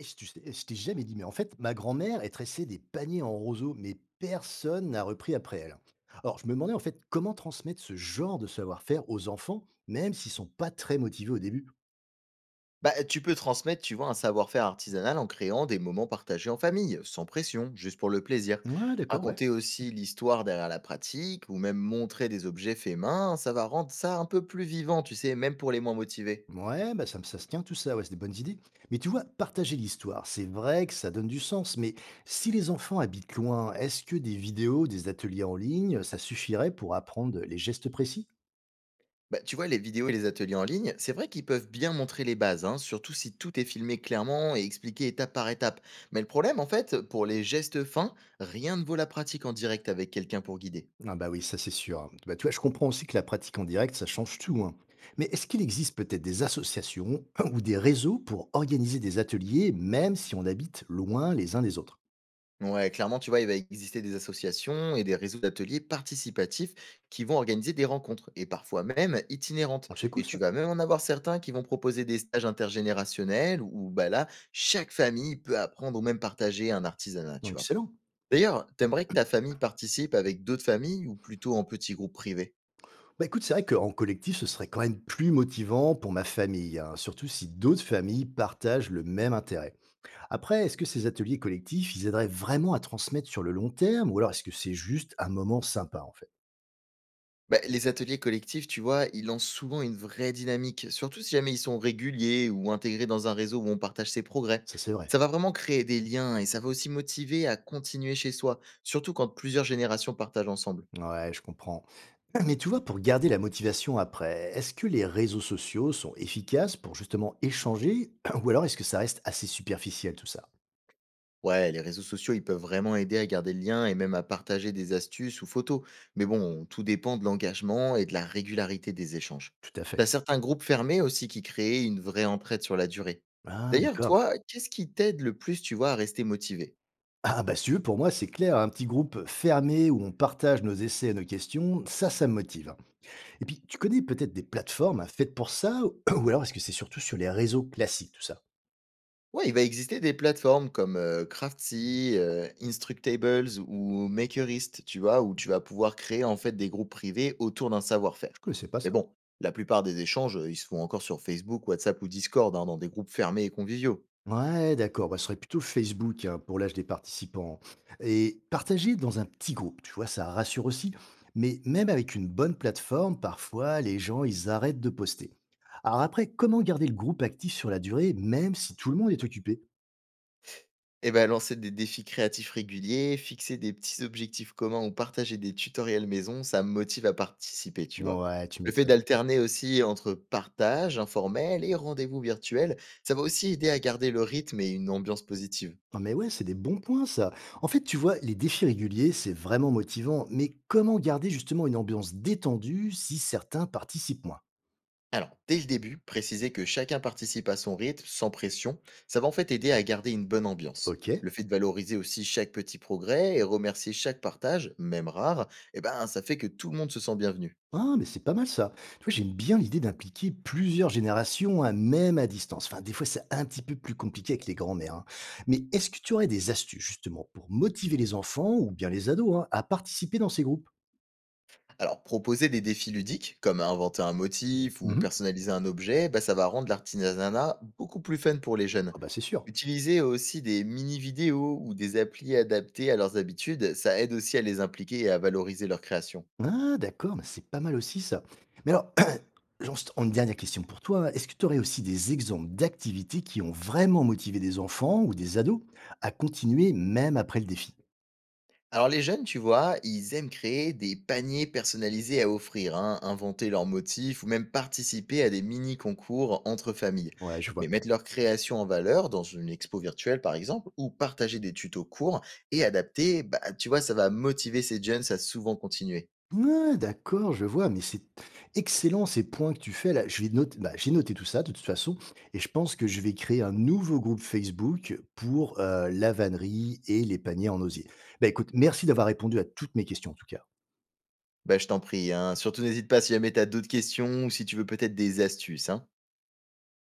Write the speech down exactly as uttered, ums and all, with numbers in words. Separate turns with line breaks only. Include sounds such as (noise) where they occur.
Et je tu sais je t'ai jamais dit, mais en fait, ma grand-mère, est tressée des paniers en roseau, mais personne n'a repris après elle. Alors, je me demandais en fait comment transmettre ce genre de savoir-faire aux enfants, même s'ils sont pas très motivés au début.
Bah, tu peux transmettre, tu vois, un savoir-faire artisanal en créant des moments partagés en famille, sans pression, juste pour le plaisir.
Ouais, d'accord, ouais.
Raconter aussi l'histoire derrière la pratique, ou même montrer des objets faits main, ça va rendre ça un peu plus vivant, tu sais, même pour les moins motivés.
Ouais, bah ça, me- ça se tient tout ça, ouais, c'est des bonnes idées. Mais tu vois, partager l'histoire, c'est vrai que ça donne du sens, mais si les enfants habitent loin, est-ce que des vidéos, des ateliers en ligne, ça suffirait pour apprendre les gestes précis?
Bah, tu vois, les vidéos et les ateliers en ligne, c'est vrai qu'ils peuvent bien montrer les bases, hein, surtout si tout est filmé clairement et expliqué étape par étape. Mais le problème, en fait, pour les gestes fins, rien ne vaut la pratique en direct avec quelqu'un pour guider.
Ah bah oui, ça c'est sûr. Bah, tu vois, je comprends aussi que la pratique en direct, ça change tout, hein. Mais est-ce qu'il existe peut-être des associations (laughs) (clears throat) ou des réseaux pour organiser des ateliers, même si on habite loin les uns des autres?
Ouais, clairement, tu vois, il va exister des associations et des réseaux d'ateliers participatifs qui vont organiser des rencontres et parfois même itinérantes.
Oh, c'est cool
Et
ça.
tu vas même en avoir certains qui vont proposer des stages intergénérationnels où bah là, chaque famille peut apprendre ou même partager un artisanat,
Oh,
tu vois.
excellent.
D'ailleurs, t'aimerais que ta famille participe avec d'autres familles ou plutôt en petits groupes privés?
Bah écoute, c'est vrai qu'en collectif, ce serait quand même plus motivant pour ma famille, hein, surtout si d'autres familles partagent le même intérêt. Après, est-ce que ces ateliers collectifs, ils aideraient vraiment à transmettre sur le long terme, ou alors est-ce que c'est juste un moment sympa en fait?
Bah, les ateliers collectifs, tu vois, ils lancent souvent une vraie dynamique, surtout si jamais ils sont réguliers ou intégrés dans un réseau où on partage ses progrès.
Ça c'est vrai.
Ça va vraiment créer des liens et ça va aussi motiver à continuer chez soi, surtout quand plusieurs générations partagent ensemble.
Ouais, je comprends. (clears throat) Mais tu vois, pour garder la motivation après, est-ce que les réseaux sociaux sont efficaces pour justement échanger (clears throat) ou alors est-ce que ça reste assez superficiel tout ça?
Ouais, les réseaux sociaux, ils peuvent vraiment aider à garder le lien et même à partager des astuces ou photos. Mais bon, tout dépend de l'engagement et de la régularité des échanges.
Tout à
T'as
fait.
certains groupes fermés aussi qui créent une vraie entraide sur la durée.
Ah,
D'ailleurs,
d'accord.
toi, qu'est-ce qui t'aide le plus, tu vois, à rester motivé?
Ah, bah, si tu veux, pour moi, c'est clair, un petit groupe fermé où on partage nos essais et nos questions, ça, ça me motive. Et puis, tu connais peut-être des plateformes hein, faites pour ça ou (clears throat) ou alors est-ce que c'est surtout sur les réseaux classiques tout ça?
Ouais, il va exister des plateformes comme, heu, Craftsy, heu, Instructables ou Makerist, tu vois? Où tu vas pouvoir créer, en fait, des groupes privés autour d'un
Je
savoir-faire.
connaissais pas
Mais
ça.
bon, la plupart des échanges, heu, ils se font encore sur Facebook, WhatsApp ou Discord, hein, dans des groupes fermés et conviviaux.
Ouais, d'accord. Bah, ce serait plutôt Facebook hein, pour l'âge des participants. Et partager dans un petit groupe, tu vois, ça rassure aussi. Mais même avec une bonne plateforme, parfois, les gens, ils arrêtent de poster. Alors après, comment garder le groupe actif sur la durée, même si tout le monde est occupé?
Et ben lancer des défis créatifs réguliers, fixer des petits objectifs communs ou partager des tutoriels maison, ça me motive à participer, tu vois?
Ouais, tu
Le fait
m'étonnes.
d'alterner aussi entre partage informel et rendez-vous virtuels, ça va aussi aider à garder le rythme et une ambiance positive.
Non, mais ouais, c'est des bons points, ça. En fait, tu vois, les défis réguliers, c'est vraiment motivant. Mais comment garder justement une ambiance détendue si certains participent moins?
Alors, dès le début, préciser que chacun participe à son rythme, sans pression, ça va en fait aider à garder une bonne ambiance.
Ok.
Le fait de valoriser aussi chaque petit progrès et remercier chaque partage, même rare, eh ben, ça fait que tout le monde se sent bienvenu.
Ah, mais c'est pas mal ça. Tu vois, j'aime bien l'idée d'impliquer plusieurs générations, hein, même à distance. Enfin, des fois, c'est un petit peu plus compliqué avec les grands-mères, hein. Mais est-ce que tu aurais des astuces, justement, pour motiver les enfants ou bien les ados hein, à participer dans ces groupes?
Alors, proposer des défis ludiques, comme inventer un motif ou
Mhm.
personnaliser un objet, bah, ça va rendre l'artisanat beaucoup plus fun pour les jeunes.
Ah bah, c'est sûr.
Utiliser aussi des mini-vidéos ou des applis adaptés à leurs habitudes, ça aide aussi à les impliquer et à valoriser leur création.
Ah, d'accord, mais c'est pas mal aussi ça. Mais alors, (clears throat) juste en dernière question pour toi, est-ce que tu aurais aussi des exemples d'activités qui ont vraiment motivé des enfants ou des ados à continuer même après le défi?
Alors les jeunes, tu vois, ils aiment créer des paniers personnalisés à offrir, hein, inventer leurs motifs ou même participer à des mini-concours entre familles.
Ouais, je vois.
Mais mettre leur création en valeur dans une expo virtuelle, par exemple, ou partager des tutos courts et adapter, bah, tu vois, ça va motiver ces jeunes à souvent continuer.
Ah d'accord, je vois, mais c'est excellent ces points que tu fais là. Je vais noter, bah, j'ai noté tout ça de toute façon, et je pense que je vais créer un nouveau groupe Facebook pour euh, la vannerie et les paniers en osier. Bah écoute, merci d'avoir répondu à toutes mes questions en tout cas.
Bah, je t'en prie, hein. Surtout n'hésite pas si jamais tu as d'autres questions ou si tu veux peut-être des astuces, hein.